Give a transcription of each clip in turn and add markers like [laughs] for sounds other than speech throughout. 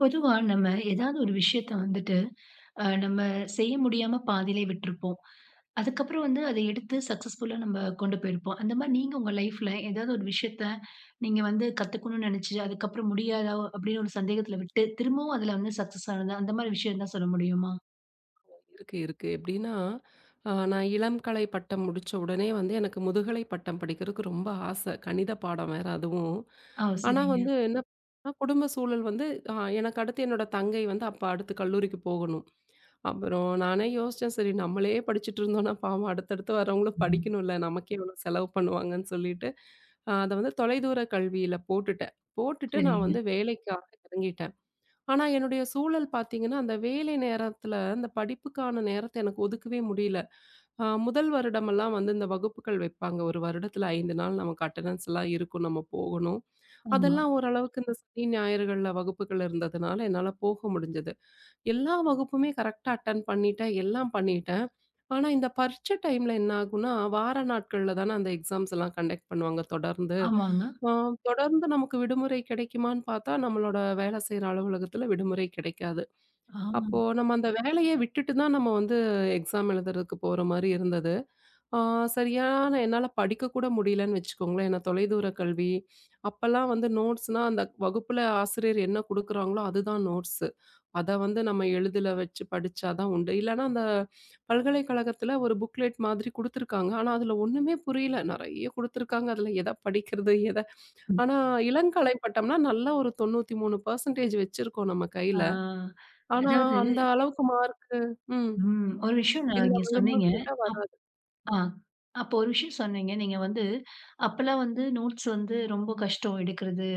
பொதுவா நம்ம ஏதாவது ஒரு விஷயத்த வந்துட்டு நம்ம செய்ய முடியாம பாதியிலே விட்டிருப்போம். அதுக்கப்புறம் வந்து அதை எடுத்து சக்சஸ்ஃபுல்லா நம்ம கொண்டு போயிருப்போம். அந்த மாதிரி நீங்க உங்க லைஃப்ல ஏதாவது ஒரு விஷயத்த நீங்க வந்து கத்துக்கணும்னு நினைச்சு அதுக்கப்புறம் முடியாதா அப்படின்னு ஒரு சந்தேகத்துல விட்டு திரும்பவும் அதுல வந்து சக்சஸ் ஆனது அந்த மாதிரி விஷயம் தான் சொல்ல முடியுமா? இருக்கு, இருக்கு. எப்படின்னா, நான் இளங்கலை பட்டம் முடிச்ச உடனே வந்து எனக்கு முதுகலை பட்டம் படிக்கிறதுக்கு ரொம்ப ஆசை. கணித பாடம் வேற அதுவும். ஆ ஆனா சரிங்க. வந்து என்ன பண்ணா, குடும்ப சூழல் வந்து அ எனக்கு அடுத்து என்னோட தங்கை வந்து அப்ப அடுத்து கல்லூரிக்கு போகணும். அப்புறம் நானே யோசிச்சேன், சரி நம்மளே படிச்சுட்டு இருந்தோம்னா பாவம் அடுத்தடுத்து வரவங்களும் ம். படிக்கணும்ல. நமக்கே இவ்வளோ செலவு பண்ணுவாங்கன்னு சொல்லிட்டு, அத வந்து தொலைதூர கல்வியில போட்டுட்டேன். போட்டுட்டு நான் சரிங்க. வந்து வேலைக்காக இறங்கிட்டேன். ஆனா, என்னுடைய சூழல் பார்த்தீங்கன்னா, அந்த வேலை நேரத்தில, அந்த படிப்புக்கான நேரத்த எனக்கு ஒதுக்கவே முடியல. முதல் வருடமெல்லாம் வந்து இந்த வகுப்புகள் வைப்பாங்க. ஒரு வருடத்தில 5 நாள் நமக்கு அட்டெண்டன்ஸ் எல்லாம் இருக்கும். நம்ம போகணும். ஆமா. அதெல்லாம் ஓரளவுக்கு இந்த சனி, ஞாயிறுகள்ல வகுப்புகள் இருந்ததுனால என்னால போக முடிஞ்சது. எல்லா வகுப்புமே கரெக்ட்டா அட்டெண்ட் பண்ணிட்டேன். எல்லாம் பண்ணிட்டேன். ஆனா, இந்த பரீட்சை டைம்ல என்ன ஆகும்னா, வார நாட்கள்ல தானே அந்த எக்ஸாம்ஸ் எல்லாம் கண்டக்ட் பண்ணுவாங்க தொடர்ந்து. ஆமாங்க. ஆ தொடர்ந்து நமக்கு விடுமுறை கிடைக்குமான்னு பார்த்தா, நம்மளோட வேலை செய்ற அலுவலகத்துல விடுமுறை கிடைக்காது. ஆமா. அப்போ நம்ம அந்த வேலைய விட்டுட்டு தான் நம்ம வந்து எக்ஸாம் எழுதுறதுக்கு போற மாரி இருந்தது. ஆ சரியான என்னால படிக்க கூட முடியலன்னு வச்சுக்கோங்களேன். ஏன்னா தொலைதூர கல்வி. அப்பலாம் வந்து நோட்ஸ்னா அந்த வகுப்புல ஆசிரியர் என்ன குடுக்குறாங்களோ அதுதான் நோட்ஸு. அத வந்து நம்ம எழுதுல வச்சு படிச்சா தான் உண்டு. இல்லன்னா அந்த பல்கலைக்கழகத்துல ஒரு புக்லெட் மாதிரி குடுத்துருக்காங்க. ஆனா அதுல ஒண்ணுமே புரியல. நெறைய குடுத்துருக்காங்க. அதுல எத படிக்கிறது? எத ம். ஆனா இளங்கலை பட்டம்னா நல்ல ஒரு 93% வச்சிருக்கோம் நம்ம ஆ கையில. ஆனா அதாவது அந்த அளவுக்கு மார்க்கு ம். ஒரு விஷயம் நான் இதுல இங்க சொன்னீங்க. வருமான்னு கேட்டா ஆ. வருமா? அப்போ ஒரு விஷயம் சொன்னீங்க. நீங்க வந்து அப்பலாம் வந்து நோட்ஸ் வந்து ரொம்ப கஷ்டம் எடுக்கிறது.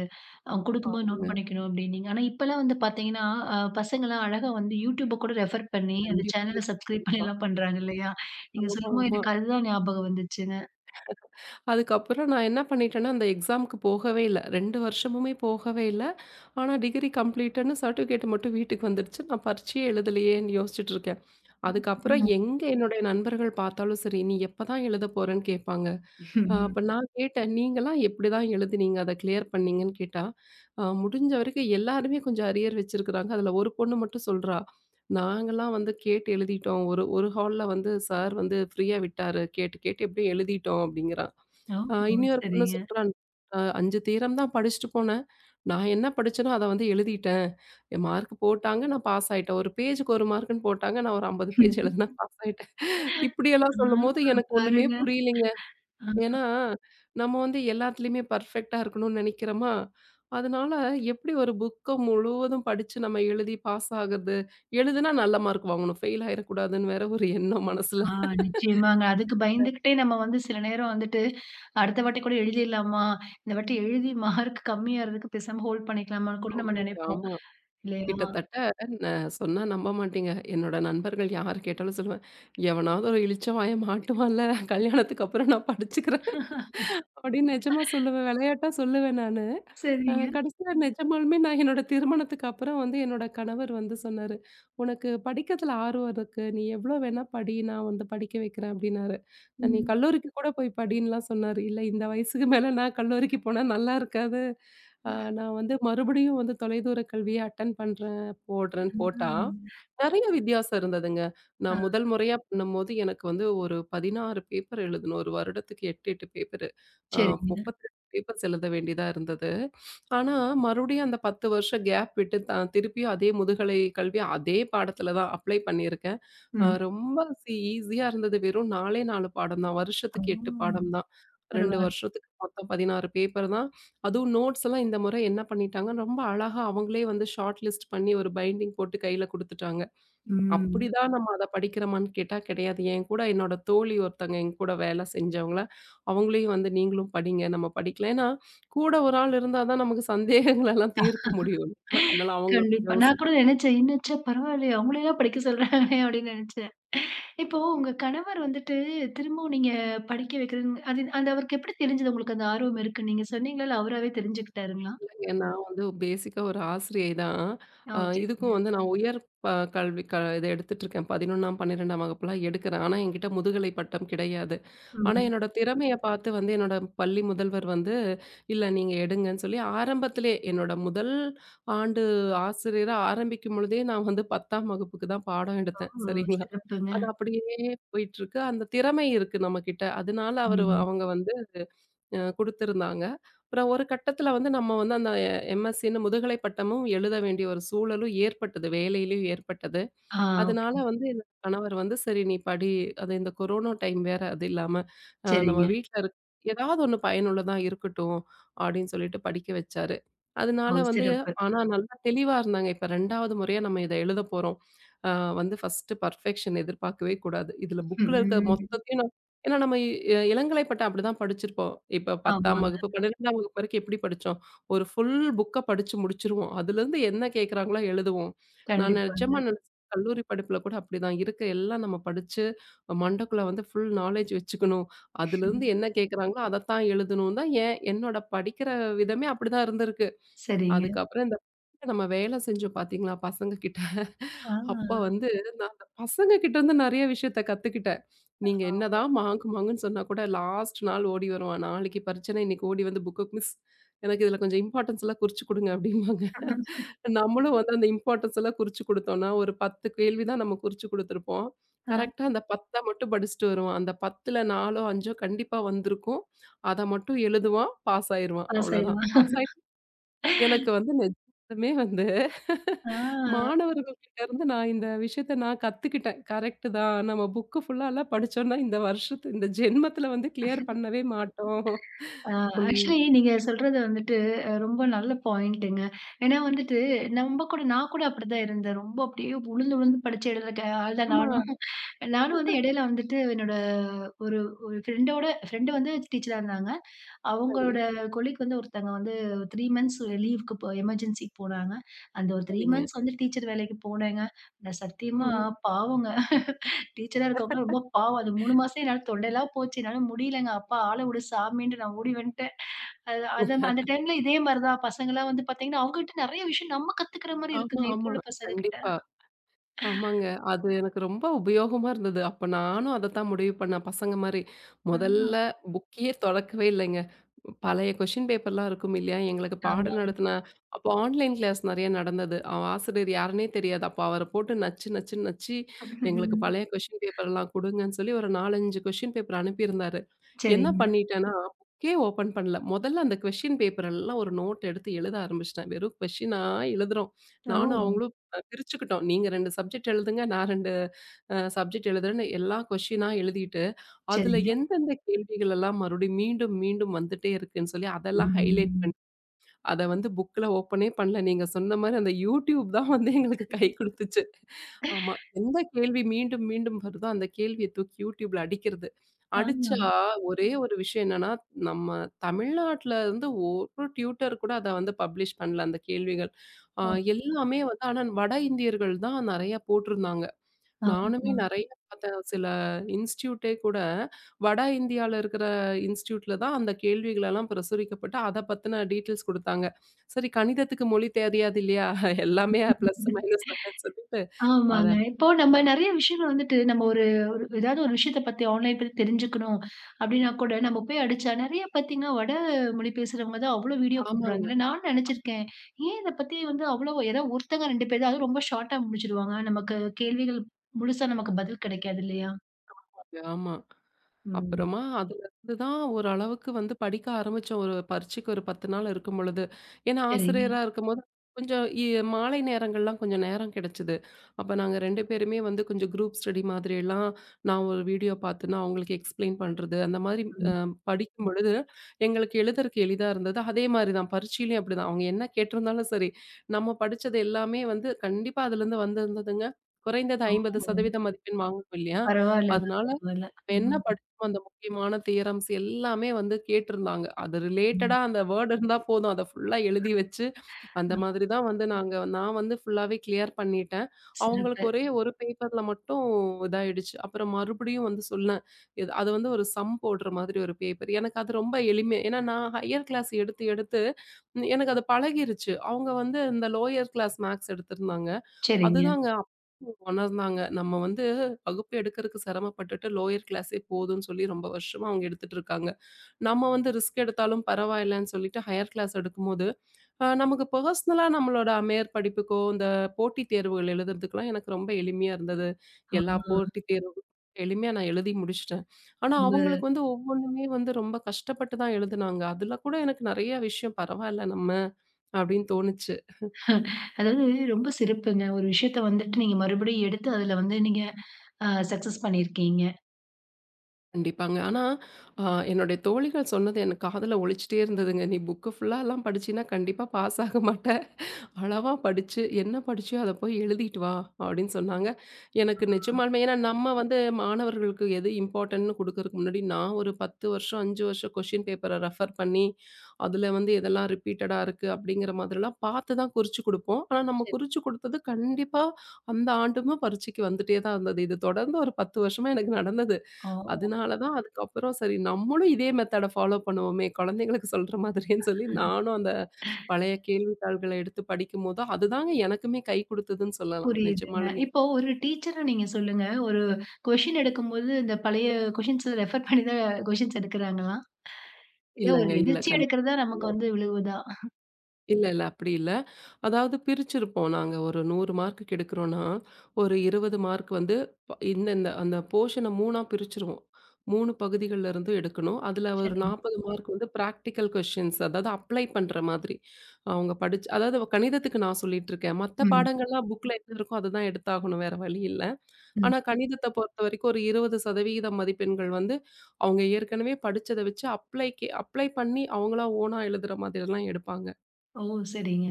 அவங்க குடுக்கும்போது நோட் ஆமாங்க. பண்ணிக்கணும் அப்டின்னீங்க. ஆனா இப்பலாம் வந்து பார்த்தீங்கன்னா, பசங்கலாம் அழகா வந்து Youtubeப கூட ரெஃபர் பண்ணி அந்த கண்டிப்பா. சேனல சப்ஸ்கிரைப் பண்ணிலாம் பண்றாங்க இல்லையா? நீங்க ஆமா, சொல்லும்போது ஆமா. எனக்கு அதுதான் ஞாபகம் வந்துச்சுங்க. அதுக்கப்புறம் நான் என்ன பண்ணிட்டேன்னா, அந்த எக்ஸாம்க்கு போகவே இல்ல. 2 வருஷமுமே போகவே இல்ல. ஆனா டிகிரி கம்ப்ளீட்ன்னு சர்டிஃபிகேட் மட்டும் வீட்டுக்கு வந்துருச்சு. நான் பரீட்சையே எழுதலையேன்னு யோசிச்சுட்டு இருக்கேன். அதுக்கப்புறம் ம். எங்க என்னுடைய நண்பர்கள் பார்த்தாலும் சரி, "நீ எப்பதான் எழுத போறன்னு?" கேட்பாங்க. ம். அப்ப நான் கேட்டேன், "நீங்கலாம் எப்படிதான் எழுதினீங்க? அத கிளியர் பண்ணீங்கன்னு?" கேட்டா, முடிஞ்ச வரைக்கும் எல்லாருமே கொஞ்சம் அரியர் வச்சிருக்கிறாங்க. அதுல ஒரு பொண்ணு மட்டும் சொல்றா, "நாங்கலாம் வந்து கேட்டு எழுதிட்டோம். ஒரு ஒரு ஹால்ல வந்து சார் வந்து ஃப்ரீயா விட்டாரு. கேட்டு கேட்டு எப்படியும் எழுதிட்டோம்" அப்படிங்கிறா. ஓ! இன்னொரு பொண்ணு சரிங்க. சொல்றான். 5 தியரம் தான் படிச்சுட்டு போனேன். நான் என்ன படிச்சேனோ அத வந்து எழுதிட்டேன். என் மார்க் போட்டாங்க. நான் பாஸ் ஆயிட்டேன். ஒரு பேஜுக்கு 1 மார்க்குன்னு போட்டாங்க. நான் ஒரு 50 பேஜ் எழுதுனேன் பாஸ் ஆயிட்டேன். இப்படியெல்லாம் ஆ சொல்லும்போது எனக்கு ஒண்ணுமே பாருங்க. புரியலைங்க. ஆ. ஏன்னா, நம்ம வந்து எல்லாத்துலயுமே பெர்ஃபெக்ட்டா இருக்கணும்னு நெனைக்கிறோமா? அதனால எப்படி ஒரு புக்க முழுவதும் படிச்சு நம்ம எழுதி பாஸ் ஆகுறது? எழுதுனா நல்ல மார்க் வாங்கணும். ஃபெயில் ஆயிறக்கூடாதுன்னு வேற ஒரு எண்ணம் மனசுல. ஆ நிச்சயமாங்க. அதுக்கு பயந்துகிட்டே நம்ம வந்து சில நேரம் வந்துட்டு, அடுத்த வாட்டி கூட எழுதிடலாமா? இந்த வாட்டி எழுதி மார்க் கம்மியா இருக்கு பேசாம ஹோல்ட் பண்ணிக்கலாமான்னு கூட நம்ம ஆமாங்க, நினைப்போம். ஆமா. இல்லையா? கிட்டத்தட்ட ந சொன்னா நம்ப மாட்டீங்க. என்னோட நண்பர்கள் யார் கேட்டாலும் சொல்லுவேன், "எவனாவது ஒரு இளிச்சவாயன் மாட்டுவான்ல, கல்யாணத்துக்கு அப்புறம் நான் படிச்சுக்கிறேன்." அப்படின்னு நெஜமா சொல்லுவேன். விளையாட்டா சொல்லுவேன் நானு. சரிங்க. கடைசியா நெஜமாலுமே நான் என்னோட திருமணத்துக்கு அப்புறம் வந்து என்னோட கணவர் வந்து சொன்னாரு. "உனக்கு படிக்கிறதுல ஆர்வம் இருக்கு. நீ எவ்ளோ வேணா படி. நான் வந்து படிக்க வைக்கிறேன்" அப்படின்னாரு. "நீ ம். கல்லூரிக்கு கூட போய் படின்னுலாம்" சொன்னாரு. "இல்ல இந்த வயசுக்கு மேல நான் கல்லூரிக்கு போனா நல்லா இருக்காது. அ ஆ. நான் வந்து மறுபடியும் வந்து தொலைதூர கல்விய அட்டெண்ட் பண்றேன், போடுறேன்னு" போட்டான். நெறைய வித்தியாசம் இருந்ததுங்க. ஆ நான் முதல் முறையா பண்ணும்போது எனக்கு வந்து ஒரு 16 பேப்பர் எழுதணும். ஒரு வருடத்துக்கு 8, 8 பேப்பர் அ சரிங்க. 32 பேப்பர்ஸ் எழுத வேண்டியதா இருந்தது. ஆனா, மறுபடியும் அந்த 10 வருஷம் கேப் விட்டு திருப்பியும் அதே முதுகலை கல்வி அதே பாடத்துல தான் அப்ளை பண்ணியிருக்கேன். ம். ரொம்ப ஈஸியா இருந்தது. வெறும் 4 4 பாடம் தான். வருஷத்துக்கு 8 ஓ! பாடம் தான். 2 பரவால்ல. வருஷத்துக்கு மொத்தம் 16 பேப்பர் தான். அதுவும் நோட்ஸ் எல்லாம் இந்த முறை என்ன பண்ணிட்டாங்க, ரொம்ப அழகா அவங்களே வந்து ஷார்ட் லிஸ்ட் பண்ணி ஒரு பைண்டிங் போட்டு கையில குடுத்துட்டாங்க. ம். அப்படிதான் நம்ம அத படிக்கிறோமான்னு கேட்டா கிடையாது. என் கூட என்னோட தோழி ஒருத்தங்க என் கூட வேல செஞ்சவங்கள, அவங்களையும் வந்து நீங்களும் படிங்க. நம்ம படிக்கல ஏன்னா, கூட ஒரு ஆள் இருந்தா தான் நமக்கு சந்தேகங்களெல்லாம் தீர்க்க முடியும். அதனால அவங்கள கண்டிப்பா. கொஞ்சம் நான் கூட நினைச்சேன், என்னச்சே பரவாயில்லையே அவங்களேலாம் படிக்க சொல்றாங்களே அப்படின்னு நினைச்சேன். இப்போ உங்க கணவர் வந்துட்டு திரும்பவும் நீங்க படிக்க வைக்கிறதுன்னு அது அது அவருக்கு எப்படி தெரிஞ்சது உங்களுக்கு அந்த ஆர்வம் இருக்குன்னு? நீங்க சொன்னீங்களா? இல்ல அவராவே தெரிஞ்சுக்கிட்டாருங்களா? இல்லங்க. நான் வந்து பேசிக்கா ஒரு ஆசிரியை தான். ஓ! சரிங்க. இதுக்கும் வந்து நான் உயர் ப கல்வி இத எடுத்துட்டுருக்கேன். 11ஆம், 12ஆம் வகுப்புலாம் எடுக்கிறேன். ஆனா, என்கிட்ட முதுகலை பட்டம் கிடையாது. ஆனா, ம். என்னோட திறமைய பார்த்து வந்து என்னோட பள்ளி முதல்வர் வந்து, "இல்ல நீங்க எடுங்கன்னு" சொல்லி ஆரம்பத்திலே என்னோட முதல் ஆண்டு ஆசிரியரா ஆரம்பிக்கும் பொழுதே நான் வந்து 10ஆம் வகுப்புக்கு தான் பாடம் எடுத்தேன். ஓ! சரிங்களா? சிறப்புங்க. அது அப்படியே போயிட்டுருக்கு. அந்த திறமை இருக்கு நம்மகிட்ட. அதனால அவரு ம். அவங்க வந்து குடுத்திருந்தாங்க. அப்புறம் ஒரு கட்டத்தில வந்து நம்ம வந்து அந்த எம்எஸ்சின்னு முதுகலை பட்டமும் எழுத வேண்டிய ஒரு சூழலும் ஏற்பட்டது. வேலையிலயும் ஏற்பட்டது. ஆ ஓகே. அதனால வந்து என்னோட கணவர் வந்து, "சரி நீ படி. அது இந்த கொரோனா டைம் வேற அது இல்லாம, நம்ம சரிங்க. வீட்ல இருக் ஏதாவது ஒண்ணு பயனுள்ளதா இருக்கட்டும்." அப்படின்னு சொல்லிட்டு படிக்க வச்சாரு. அதனால ஓ! வந்து சிறப்பு. ஆனா நல்லா தெளிவா இருந்தாங்க. இப்ப 2வது முறையா நம்ம இத எழுத போறோம். அ வந்து ஃபர்ஸ்ட்டு பெர்ஃபெக்ஷன் எதிர்பார்க்கவே கூடாது. இதுல புக்ல இருக்க ம். மொத்தத்தையும் நான் ஏன்னா நம்ம இ இ- இளங்கலை பட்டம் அப்படிதான் படிச்சிருப்போம். இப்ப 10ஆம் ஆமாங்க. வகுப்பு, 12ஆம் வகுப்பு வரைக்கும் எப்படி படிச்சோம்? ஒரு ஃபுல் புக்க படிச்சு முடிச்சுருவோம். அதுலருந்து என்ன கேட்கறாங்களோ எழுதுவோம். நான் கண்டிப்பாங்க. நிஜமா கல்லூரி படிப்புல கூட அப்படிதான். இருக்க எல்லாம் நம்ம படிச்சு, மண்டக்குள்ள வந்து ஃபுல் நாலேட்ஜ் வச்சுக்கணும். அதுலருந்து என்ன கேட்கறாங்களோ, அதத்தான் எழுதணும் தான் ஏன் என்னோட படிக்கிற விதமே அப்படிதான் இருந்திருக்கு. சரிங்க. அதுக்கப்புறம் இந்த [laughs] நம்ம வேலை செஞ்சோம் பார்த்தீங்களா, பசங்க கிட்ட. ஆ. அப்ப வந்து நான் அந்த பசங்க கிட்ட இருந்து நெறைய விஷயத்த கத்துக்கிட்டேன். நீங்க என்னதான் மாங்கு மாங்குன்னு சொன்னா கூட லாஸ்ட் நாள் ஓடி வருவான். நாளைக்கு பரீட்சைன்னா இன்னைக்கு ஓடி வந்து புக்க "மிஸ் எனக்கு இதுல கொஞ்சம் இம்பார்ட்டன்ஸ் எல்லாம் குறிச்சு குடுங்க" அப்படிம்பாங்க. நம்மளும் வந்து அந்த இம்பார்ட்டன்ஸ் எல்லாம் குறிச்சு குடுத்தோம்னா, ஒரு 10 கேள்வி தான் நம்ம குறிச்சு குடுத்துருப்போம். ஆ கரெக்ட்டா அந்த 10 மட்டும் படிச்சுட்டு வருவான். அந்த 10ல 4ஓ, 5ஓ கண்டிப்பா வந்திருக்கும். அத மட்டும் எழுதுவான். பாஸ் ஆயிருவான். பாஸ் அவ்வளோதான். ஆயிடுவான். பாஸ் எனக்கு வந்து நிஜமே வந்து ஆ. மாணவர்கள்கிட்ட இருந்து நான் இந்த விஷயத்த நான் கத்துக்கிட்டேன். கரெக்ட் தான். நம்ம புக்கு ஃபுல்லாலாம் படிச்சோம்னா, இந்த வருஷத்து இந்த ஜென்மத்துல வந்து கிளியர் பண்ணவே மாட்டோம். ஆ ம். ஆக்சுவலி நீங்க சொல்றது வந்துட்டு ரொம்ப நல்ல பாயிண்ட்டுங்க. ஏன்னா வந்துட்டு நம்ம கூட நான் கூட அப்படிதான் இருந்தேன். ரொம்ப அப்படியே உழுந்து உழுந்து படிச்ச எழுதுற ஆள் தான் ஆமா. நானும். நானும் வந்து இடையில வந்துட்டு என்னோட ஒரு ஒரு ஃப்ரெண்டோட ஃப்ரெண்டு வந்து டீச்சரா இருந்தாங்க. சரி. அவங்களோட கொலீக் வந்து ஒருத்தங்க வந்து 3 மந்த்ஸ் லீவுக்கு எமர்ஜென்சிக்கு போனாங்க. அந்த ஒரு 3 சரிங்க. மந்த்ஸ் வந்து டீச்சர் வேலைக்கு போனேங்க. நான் சத்தியமா ம்ஹ்ம். பாவங்க. டீச்சரா இருக்கவங்கலாம் ரொம்ப பாவம். அது 3 மாசம் என்னால தொண்டைலாம் போச்சு. என்னால முடியலங்க. அப்பா ஆள விடு சாமின்ட்டு நான் ஓடி வந்துட்டேன். அது அத அந்த டைம்ல இதே மாரி தான் பசங்கலாம் வந்து பார்த்தீங்கன்னா, அவங்ககிட்ட நெறைய விஷயம் நம்ம கத்துக்கிற மாரி ஆமா, இருக்குங்க. இப்போ ஆமா. உள்ள பசங்க கிட்ட. கண்டிப்பா. ஆமாங்க. அது எனக்கு ரொம்ப உபயோகமா இருந்தது. அப்ப நானும் அதத்தான் முடிவு பண்ணேன். பசங்க மாரி. ஆ, முதல்ல புக்கயே தொறக்கவே இல்லைங்க. பழைய கொஸ்டின் பேப்பர்லாம் இருக்கும் இல்லையா? எங்களுக்கு ஆமா. பாடம் நடத்தின அப்போ ஆன்லைன் கிளாஸ் நெறைய நடந்தது. அவ ஆசிரியர் யாருன்னே தெரியாது. அப்போ அவர போட்டு நச்சு நச்சுன்னு நச்சு எங்களுக்கு ம். பழைய கொஸ்டின் பேப்பர்லாம் குடுங்கன்னு சொல்லி ஒரு 4, 5 கொஸ்டின் பேப்பர் அனுப்பியிருந்தாரு. என்ன சரிங்க. பண்ணிட்டேன்னா, புக்கே ஓப்பன் பண்ணல. முதல்ல அந்த கொஸ்டின் பேப்பர் எல்லாம் ஒரு நோட் எடுத்து எழுத ஆரம்பிச்சுட்டேன். வெறும் கொஸ்டினா எழுதுறோம். ஓ! நானும் அவங்களும் பிரிச்சுக்கிட்டோம். நீங்க 2 சப்ஜெக்ட் எழுதுங்க. நான் 2 சப்ஜெக்ட் எழுதுறேன்னு எல்லா கொஸ்டினா எழுதிட்டு, அதுல சரிங்க. எந்தெந்த கேள்விகள் எல்லாம் மறுபடியும் மீண்டும், மீண்டும் வந்துட்டே இருக்குன்னு சொல்லி அதெல்லாம் ஹைலைட் ம். பண்ணி அத வந்து புக்ல ஓப்பனே பண்ணல. நீங்க சொன்ன மாரி அந்த YouTube தான் வந்து எங்களுக்கு கை குடுத்துச்சு. ஆமா. எந்த கேள்வி மீண்டும், மீண்டும் வருதோ அந்த கேள்விய தூக்கி YouTubeல அடிக்கிறது. ஆ. அடிச்சா ஒரே ஒரு விஷயம் என்னன்னா, நம்ம தமிழ்நாட்டுல இருந்து ஒரு டியூட்டர் கூட அத வந்து பப்ளிஷ் பண்ணல அந்த கேள்விகள். அ ஓ! எல்லாமே வந்து ஆனா வட இந்தியர்கள் தான் நெறைய போட்டிருந்தாங்க. நானுமே ஆமா. நெறைய பார்த்தேன். சில இன்ஸ்டிடியூட்டே கூட வட இந்தியால இருக்கிற இன்ஸ்டிடியூட்ல தான் அந்த கேள்விகளெல்லாம் பிரசுரிக்கப்பட்டு, அத பத்தின டீட்டெயில்ஸ் குடுத்தாங்க. சரி கணிதத்துக்கு மொழி தெரியாது இல்லையா? எல்லாமே ப்ளஸ் மைனஸ் தானேன்னு சொல்லிட்டு ஆமாங்க. அத இப்போ நம்ம நெறைய விஷயங்கள் வந்துட்டு நம்ம ஒரு ஒரு ஏதாவது ஒரு விஷயத்த பத்தி ஆன்லைன் பத்தி தெரிஞ்சுக்கணும் அப்டின்னா கூட, நம்ம போய் அடிச்சா நெறைய பாத்தீங்கன்னா, வட மொழி பேசுறவங்க தான் அவ்ளோ வீடியோ ஆமாங்க. போடுறாங்கல்ல. நான் நெனச்சிருக்கேன். ஏன் இத பத்தி வந்து அவ்ளோ ஏதோ ஒருத்தங்க 2 பேர் தான். அதுவும் ரொம்ப ஷார்ட்டா முடிச்சுடுவாங்க. நமக்கு கேள்விகள் முழுசா நமக்கு பதில் கிடைக்காது இல்லையா? ஆமா. ம். அப்புறமா அதுலருந்து தான் ஓரளவுக்கு வந்து படிக்க ஆரம்பிச்சோம். ஒரு பரீட்சைக்கு ஒரு 10 நாள் இருக்கும் பொழுது. ஏன்னா சரிங்க. ஆசிரியரா இருக்கும்போது கொஞ்சம் மாலை நேரங்கள்லாம் கொஞ்சம் நேரம் கிடைச்சது. அப்ப நாங்க 2 பேருமே வந்து கொஞ்சம் குரூப் ஸ்டடி மாதிரியெல்லாம் நான் ஒரு வீடியோ பார்த்தேன்னா, அவங்களுக்கு எக்ஸ்ப்ளைன் பண்றது, அந்த மாதிரி அ ம். படிக்கும் பொழுது எங்களுக்கு எழுதுறக்கு எளிதா இருந்தது. அதே மாரி தான் பரீட்சையிலயும் அப்படிதான். அவங்க என்ன கேட்டிருந்தாலும் சரி, நம்ம படிச்சது எல்லாமே வந்து கண்டிப்பா அதுலருந்து வந்திருந்ததுங்க. குறைந்தது ஓ! 50% மதிப்பெண் வாங்கணும் இல்லையா? பரவால்லங்க. அதனால பரவால்ல. நம்ம என்ன ம். படிச்சோமோ அந்த முக்கியமான தியரம்ஸ் எல்லாமே வந்து கேட்டிருந்தாங்க. அது ம். ரிலேட்டடா அந்த வேர்ட் இருந்தா போதும். அத ஃபுல்லா எழுதி வச்சு, அந்த ஆ. மாதிரி தான் வந்து நாங்க நான் வந்து ஃபுல்லாவே கிளியர் பண்ணிட்டேன். அவங்களுக்கு சிறப்பு. ஒரே ஒரு பேப்பர்ல மட்டும் இதாயிடுச்சு. அப்புறம் மறுபடியும் வந்து சொன்னேன். இது அது வந்து ஒரு சம் போடுற மாதிரி ஒரு பேப்பர். எனக்கு அது ரொம்ப எளிமை. ஏன்னா, நான் ஹையர் கிளாஸ் எடுத்து எடுத்து ம், எனக்கு அது பழகிருச்சு. அவங்க வந்து இந்த லோயர் கிளாஸ் மேத்ஸ் எடுத்திருந்தாங்க. சரிங்க. அதுதாங்க அப்போ உணர்ந்தாங்க. நம்ம வந்து வகுப்பு எடுக்கறக்கு சிரமப்பட்டுட்டு லோயர் கிளாஸே போதும்ன்னு சொல்லி ரொம்ப வருஷமா அவங்க எடுத்துட்டு இருக்காங்க. நம்ம வந்து ரிஸ்க் எடுத்தாலும் பரவாயில்லன்னு சொல்லிட்டு ஹையர் கிளாஸ் எடுக்கும்போது, நமக்கு பெர்சனலா நம்மளோட மேற்படிப்புக்கோ, இந்த போட்டித் தேர்வுகள் எழுதுறதுக்கெல்லாம் எனக்கு ரொம்ப எளிமையா இருந்தது. ஆ. எல்லா போட்டித் தேர்வும் எளிமையா நான் எழுதி முடிச்சுட்டேன். ஆனா ரொம்ப அவங்களுக்கு வந்து ஒவ்வொன்னுமே வந்து ரொம்ப கஷ்டப்பட்டு தான் எழுதுனாங்க. அதுல கூட எனக்கு நெறைய விஷயம் பரவாயில்ல நம்ம அப்படின்னு தோணுச்சு. அதாவது ரொம்ப சிறப்புங்க. ஒரு விஷயத்த வந்துட்டு நீங்க மறுபடியும் எடுத்து அதுல வந்து நீங்க சக்சஸ் பண்ணியிருக்கீங்க. கண்டிப்பாங்க. ஆனா, அ என்னுடைய தோழிகள் சொன்னது எனக்கு காதுல ஒலிச்சுட்டே இருந்ததுங்க. "நீ புக்கு ஃபுல்லாலாம் படிச்சீன்னா கண்டிப்பா பாஸ் ஆக மாட்ட. அளவா படிச்சு, என்ன படிச்சியோ அத போய் எழுதிட்டு வா" அப்படின்னு சொன்னாங்க. எனக்கு நிஜமாலுமே ஏன்னா நம்ம வந்து மாணவர்களுக்கு எது இம்பார்ட்டன்ட்ன்னு குடுக்கறதுக்கு முன்னாடி, நான் ஒரு 10 வருஷம், 5 வருஷம் கொஸ்டின் பேப்பர ரெஃபர் பண்ணி, அதுல வந்து எதெல்லாம் ரிப்பீட்டடா இருக்கு அப்படிங்கிற மாதிரிலாம் பார்த்து தான் குறிச்சு குடுப்போம். ஆனா நம்ம சரி. குறிச்சு குடுத்தது கண்டிப்பா அந்த ஆண்டுமே பரீட்சைக்கு வந்துட்டே தான் இருந்தது. இது தொடர்ந்து ஒரு 10 வருஷமா எனக்கு நடந்தது. ஓ! அதனால தான் அதுக்கப்புறம் சரி நம்மளும் இதே மெத்தட ஃபாலோ பண்ணுவோமே! குழந்தைங்களுக்கு சொல்ற மாதிரின்னு சொல்லி நானும் அந்த பழைய கேள்வித்தாள்கள எடுத்து படிக்கும்போது, அதுதாங்க எனக்குமே கை குடுத்ததுன்னு சொல்லலாம். புரியுதுங்க. நிஜமாலுமே. இப்போ ஒரு டீச்சரா நீங்க சொல்லுங்க. ஒரு கொஷின் எடுக்கும்போது இந்த பழைய கொஷின்ஸ ரெஃபர் பண்ணி தான் கொஷின்ஸ் எடுக்குறாங்களா? இல்ல ஒரு இல்லங்க. இல்ல. எதிர்ச்சியா எடுக்கிறதா நமக்கு கண்டிப்பாங்க. வந்து விழுவுதா? இல்ல, இல்ல. அப்படி இல்ல. அதாவது பிரிச்சிருப்போம் நாங்க. ஒரு 100 மார்க்குக்கு எடுக்கிறோம்னா, ஒரு 20 மார்க் வந்து இந்தந்த அந்த போர்ஷன 3ஆ பிரிச்சுருவோம். 3 பகுதிகள்ல இருந்தும் எடுக்கணும். அதுல ஒரு சரிங்க. 40 மார்க் வந்து பிராக்டிகல் கொஸ்டின்ஸ் அதாவது அப்ளை பண்ற மாதிரி. அவங்க படிச்சு அதாவது அவ கணிதத்துக்கு நான் சொல்லிட்டுருக்கேன். மத்த ம். பாடங்கள்லாம் புக்ல என்ன இருக்கோ அதுதான் எடுத்தாகணும் வேற வழி இல்ல. ம். ஆனா கணிதத்த பொறுத்தவரைக்கும் ஒரு 20% மதிப்பெண்கள் வந்து அவங்க ஏற்கனவே படிச்சத வச்சு அப்ளைக்கு அப்ளை பண்ணி அவங்களா ஓனா எழுதுற மாதிரிலாம் எடுப்பாங்க. ஓ! சரிங்க.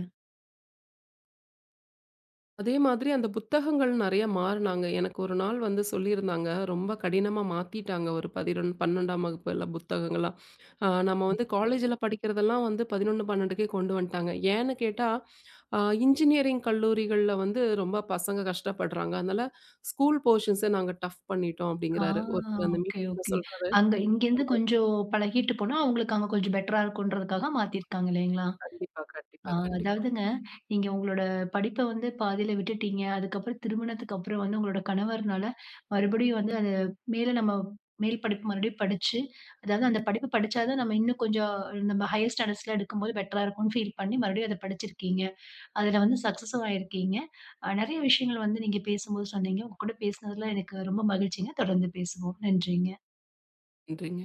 அதே மாதிரி அந்த புத்தகங்கள் நெறைய மாறுனாங்க. எனக்கு ஒரு நாள் வந்து சொல்லியிருந்தாங்க. ரொம்ப கடினமா மாத்திட்டாங்க ஒரு 11, 12ஆம் வகுப்பு எல்லாம் புத்தகங்கள்லாம். நம்ம வந்து காலேஜ்ல படிக்கிறதெல்லாம் வந்து 11, 12க்கே கொண்டு வந்துட்டாங்க. ஏன்னு கேட்டா, அ இன்ஜினியரிங் கல்லூரிகள்ல வந்து ரொம்ப பசங்க கஷ்டப்படுறாங்க. அதனால ஸ்கூல் போர்ஷன்ஸ நாங்க டஃப் பண்ணிட்டோம் ஆ அப்படிங்கிறாரு. ஒருத்தர் அந்த ஓகே, மீட்டிங்ல ஓகே. சொல்றாரு. அங்க இங்கேருந்து கொஞ்சம் பழகிட்டு போனா, அவங்களுக்கு அங்க கொஞ்சம் பெட்டரா இருக்குன்றதுக்காக மாத்தியிருக்காங்க இல்லைங்களா? கண்டிப்பா, ஆ கண்டிப்பா, கண்டிப்பா. அதாவதுங்க, நீங்க உங்களோட படிப்ப வந்து பாதியில விட்டுட்டீங்க. அதுக்கப்புறம் திருமணத்துக்கு அப்புறம் வந்து உங்களோட கணவர்னால மறுபடியும் வந்து அது மேல நம்ம மேல் படிப்பு மறுபடியும் படிச்சு, அதாவது அந்த படிப்பு படிச்சா தான் நம்ம இன்னும் கொஞ்சம் நம்ம ஹையர் ஸ்டாண்டர்ட்ஸ்லாம் எடுக்கும்போது பெட்டரா இருக்கும்னு ஃபீல் பண்ணி மறுபடியும் அத படிச்சிருக்கீங்க. அதுல வந்து சக்சஸும் ஆயிருக்கீங்க. நெறைய விஷயங்கள் வந்து நீங்க பேசும்போது சொன்னீங்க. உங்க கூட பேசினதுல எனக்கு ரொம்ப மகிழ்ச்சிங்க. தொடர்ந்து பேசுவோம். நன்றிங்க. நன்றிங்க.